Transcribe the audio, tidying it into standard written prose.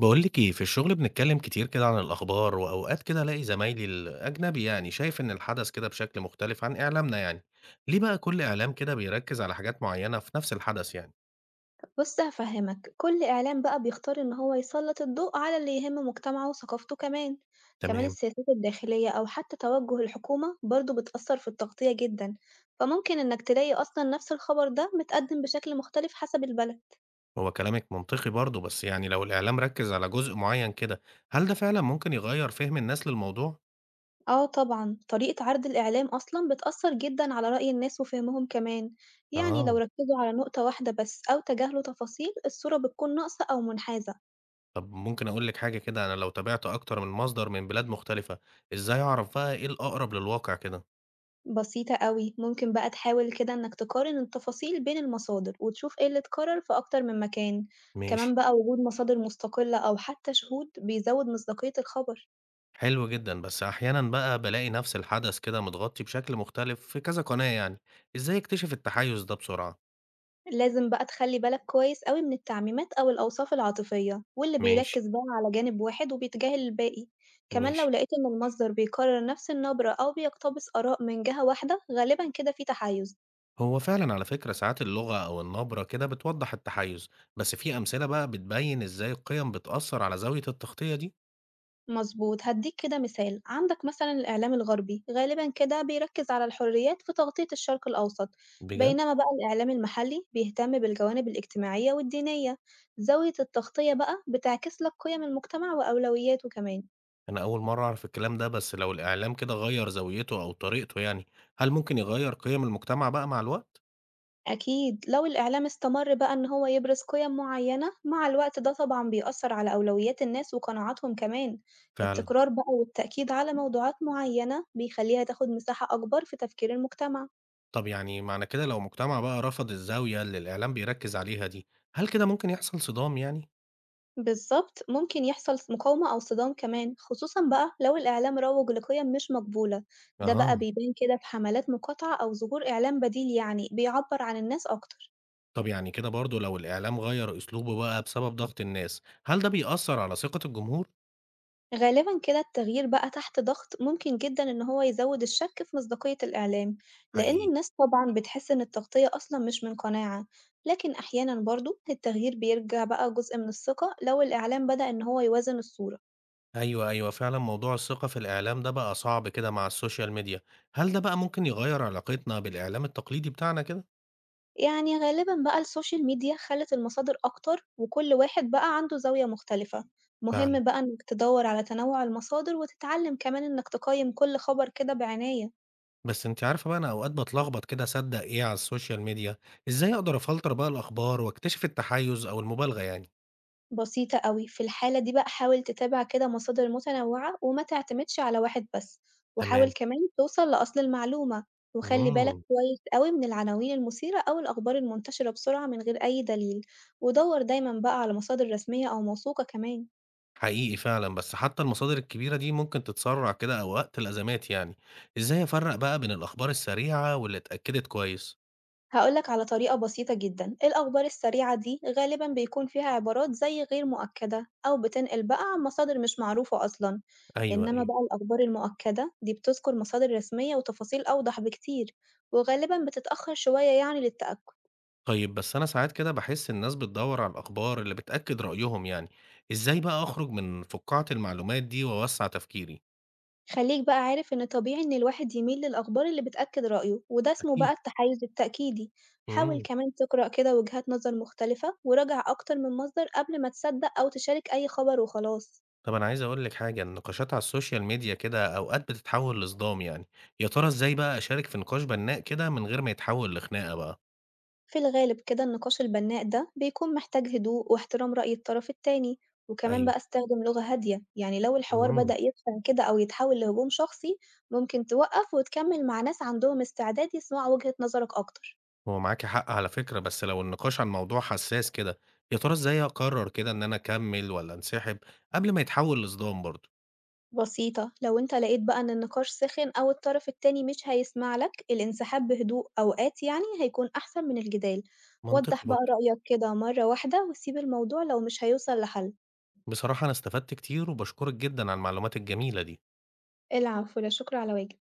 باقول لِك إيه، في الشغل بنتكلم كتير كده عن الأخبار، وأوقات كده ألاقي زمايلي الأجنبي يعني شايف إن الحدث كده بشكل مختلف عن إعلامنا يعني. ليه بقى كل إعلام كده بيركز على حاجات معينة في نفس الحدث يعني؟ بُص هافهّمك، كل إعلام بقى بيختار إن هو يسلّط الضوء على اللي يهِم مجتمعه وثقافته كمان، كمان تمام. السياسات الداخلية أو حتى توجه الحكومة برضه بتأثّر في التغطية جدًا، فممكن إنك تلاقي أصلًا نفْس الخبر ده متقدّم بشكل مختلف حسب البلد. هو كلامِك منطقي برضه، بس يعني لو الإعلام ركز على جزء معين كده، هل ده فعلًا ممكن يغيّر فهم الناس للموضوع؟ آه طبعًا، طريقة عرض الإعلام أصلًا بتأثّر جدًا على رأي الناس وفهمهم كمان، يعني لو آه. ركّزوا على نقطة واحدة بس أو تجاهلوا تفاصيل، الصورة بتكون ناقصة أو منحازة. طب ممكن أقول لِك حاجة كده، أنا لو تابعت أكتر من مصدر من بلاد مختلفة، إزاي أعرف بقى إيه الأقرب للواقع كده؟ بسيطة أوي، ممكن بقى تحاول كده إنك تقارن التفاصيل بين المصادر وتشوف إيه اللي اتكرر في أكتر من مكان، ماشي. كمان بقى وجود مصادر مستقلة أو حتى شهود بيزود مصداقية الخبر، حلو جدًا، بس أحيانًا بقى بالاقي نفس الحدث كده متغطي بشكل مختلف في كذا قناة يعني، إزاي أكتشف التحيُّز ده بسرعة؟ لازم بقى تخلي بالك كويس أوي من التعميمات أو الأوصاف العاطفية واللي ماشي، بيركز بقى على جانب واحد وبيتجاهل الباقي، كمان لو ماشي. لقيت إن المصدر بيكرر نفس النبرة أو بيقتبس آراء من جهة واحدة غالبا كده في تحيز. هو فعلًا على فكرة ساعات اللغة أو النبرة كده بتوضّح التحيُّز، بس في أمثلة بقى بتبيّن إزاي القيم بتأثّر على زاوية التغطية دي؟ مظبوط هديك كده مثال، عندك مثلا الإعلام الغربي غالبا كده بيركز على الحريات في تغطية الشرق الأوسط، بجد؟ بينما بقى الإعلام المحلي بيهتم بالجوانب الاجتماعية والدينية. زاوية التغطية بقى بتعكس لك قيم المجتمع وأولوياته كمان. أنا أول مرّة أعرف الكلام ده، بس لو الإعلام كده غيّر زاويته أو طريقته يعني، هل ممكن يغيّر قيم المجتمع بقى مع الوقت؟ أكيد، لو الإعلام استمر بقى إن هو يبرز قيم معينة مع الوقت ده طبعا بيأثر على أولويات الناس وقناعاتهم كمان. فعلًا. التكرار بقى والتأكيد على موضوعات معينة بيخليها تاخد مساحة أكبر في تفكير المجتمع. طب يعني معنى كده لو مجتمع بقى رفض الزاوية اللي الإعلام بيركز عليها دي، هل كده ممكن يحصل صدام يعني؟ بالظبط ممكن يحصل مقاومة أو صدام كمان، خصوصا بقى لو الإعلام روج لقيم مش مقبولة. ده بقى أها. بيبان كده في حملات مقاطعة أو ظهور إعلام بديل يعني بيعبر عن الناس أكتر. طب يعني كده برضه لو الإعلام غير أسلوبه بقى بسبب ضغط الناس، هل ده بيأثر على ثقة الجمهور؟ غالبا كده التغيير بقى تحت ضغط ممكن جدا إن هو يزود الشك في مصداقية الإعلام، لأن حقيقي. الناس طبعا بتحس إن التغطية أصلا مش من قناعة. لكن أحيانا برضه التغيير بيرجع بقى جزء من الثقة لو الإعلام بدأ إن هو يوازن الصورة. أيوه، أيوه، فعلا موضوع الثقة في الإعلام ده بقى صعب كده مع السوشيال ميديا، هل ده بقى ممكن يغير علاقتنا بالإعلام التقليدي بتاعنا كده؟ يعني غالبًا بقى السوشيال ميديا خلّت المصادر أكتر، وكل واحد بقى عنده زاوية مختلفة، فعلا. مهم بقى إنك تدوّر على تنوع المصادر وتتعلم كمان إنك تقيّم كل خبر كده بعناية. بس أنت عارفة بقى أنا أوقات بتلخبط كده أصدق إيه على السوشيال ميديا، إزاي أقدر أفلتر بقى الأخبار وأكتشف التحيز أو المبالغة يعني؟ بسيطة أوي، في الحالة دي بقى حاول تتابع كده مصادر متنوعة وما تعتمدش على واحد بس، وحاول تمام. كمان توصل لأصل المعلومة، وخلّي بالك مم. كويس أوي من العناوين المثيرة أو الأخبار المنتشرة بسرعة من غير أي دليل، ودوّر دايمًا بقى على مصادر رسمية أو موثوقة كمان. حقيقي فعلًا، بس حتى المصادر الكبيرة دي ممكن تتسرّع كده أو وقت الأزمات يعني، إزاي أفرّق بقى بين الأخبار السريعة واللي اتأكدت كويس؟ هاقول لك على طريقة بسيطة جدًا، الأخبار السريعة دي غالبًا بيكون فيها عبارات زي غير مؤكدة أو بتنقل بقى عن مصادر مش معروفة أصلًا، أيوه، إنما أيوه. بقى الأخبار المؤكدة دي بتذكر مصادر رسمية وتفاصيل أوضح بكتير، وغالبًا بتتأخر شوية يعني للتأكد. طيب بس أنا ساعات كده باحس الناس بتدوّر على الأخبار اللي بتأكد رأيهم يعني، إزاي بقى أخرج من فُقاعة المعلومات دي وأوسّع تفكيري؟ خليك بقى عارف إن طبيعي إن الواحد يميل للأخبار اللي بتأكد رأيه، وده اسمه بقى أكيد. التحيز التأكيدي، حاول إمم، كمان تقرأ كده وجهات نظر مختلفة وراجع أكتر من مصدر قبل ما تصدق أو تشارك أي خبر وخلاص. طب أنا عايز أقول لِك حاجة، النقاشات على السوشيال ميديا كده أوقات بتتحوّل لصدام يعني، يا ترى إزاي بقى أشارك في نقاش بنّاء كده من غير ما يتحوّل لخناقة بقى؟ في الغالب كده النقاش البناء ده بيكون محتاج هدوء واحترام رأي الطرف التاني، وكمان أيوه. بقى استخدم لغة هادية يعني لو الحوار إمم. بدأ يتخن كده أو يتحول لهجوم شخصي ممكن توقف وتكمل مع ناس عندهم استعداد يسمعوا وجهة نظرك أكتر. هو معاكِ حق على فكرة، بس لو النقاش عن موضوع حساس كده، يا ترى إزاي أقرر كده إن أنا أكمّل والّا أنسحب قبل ما يتحول لصدام برضه؟ بسيطة، لو انت لقيت بقى ان النقاش سخن أو الطرف التاني مش هيسمع لك الانسحاب بهدوء أوقات يعني هيكون أحسن من الجدال. منطقي وضح بقى برضه. رأيك كده مرة واحدة وسيب الموضوع لو مش هيوصل لحل. بصراحة أنا استفدت كتير وباشكرِك جدًا على المعلومات الجميلة دي. العفو، لا شكر على واجب.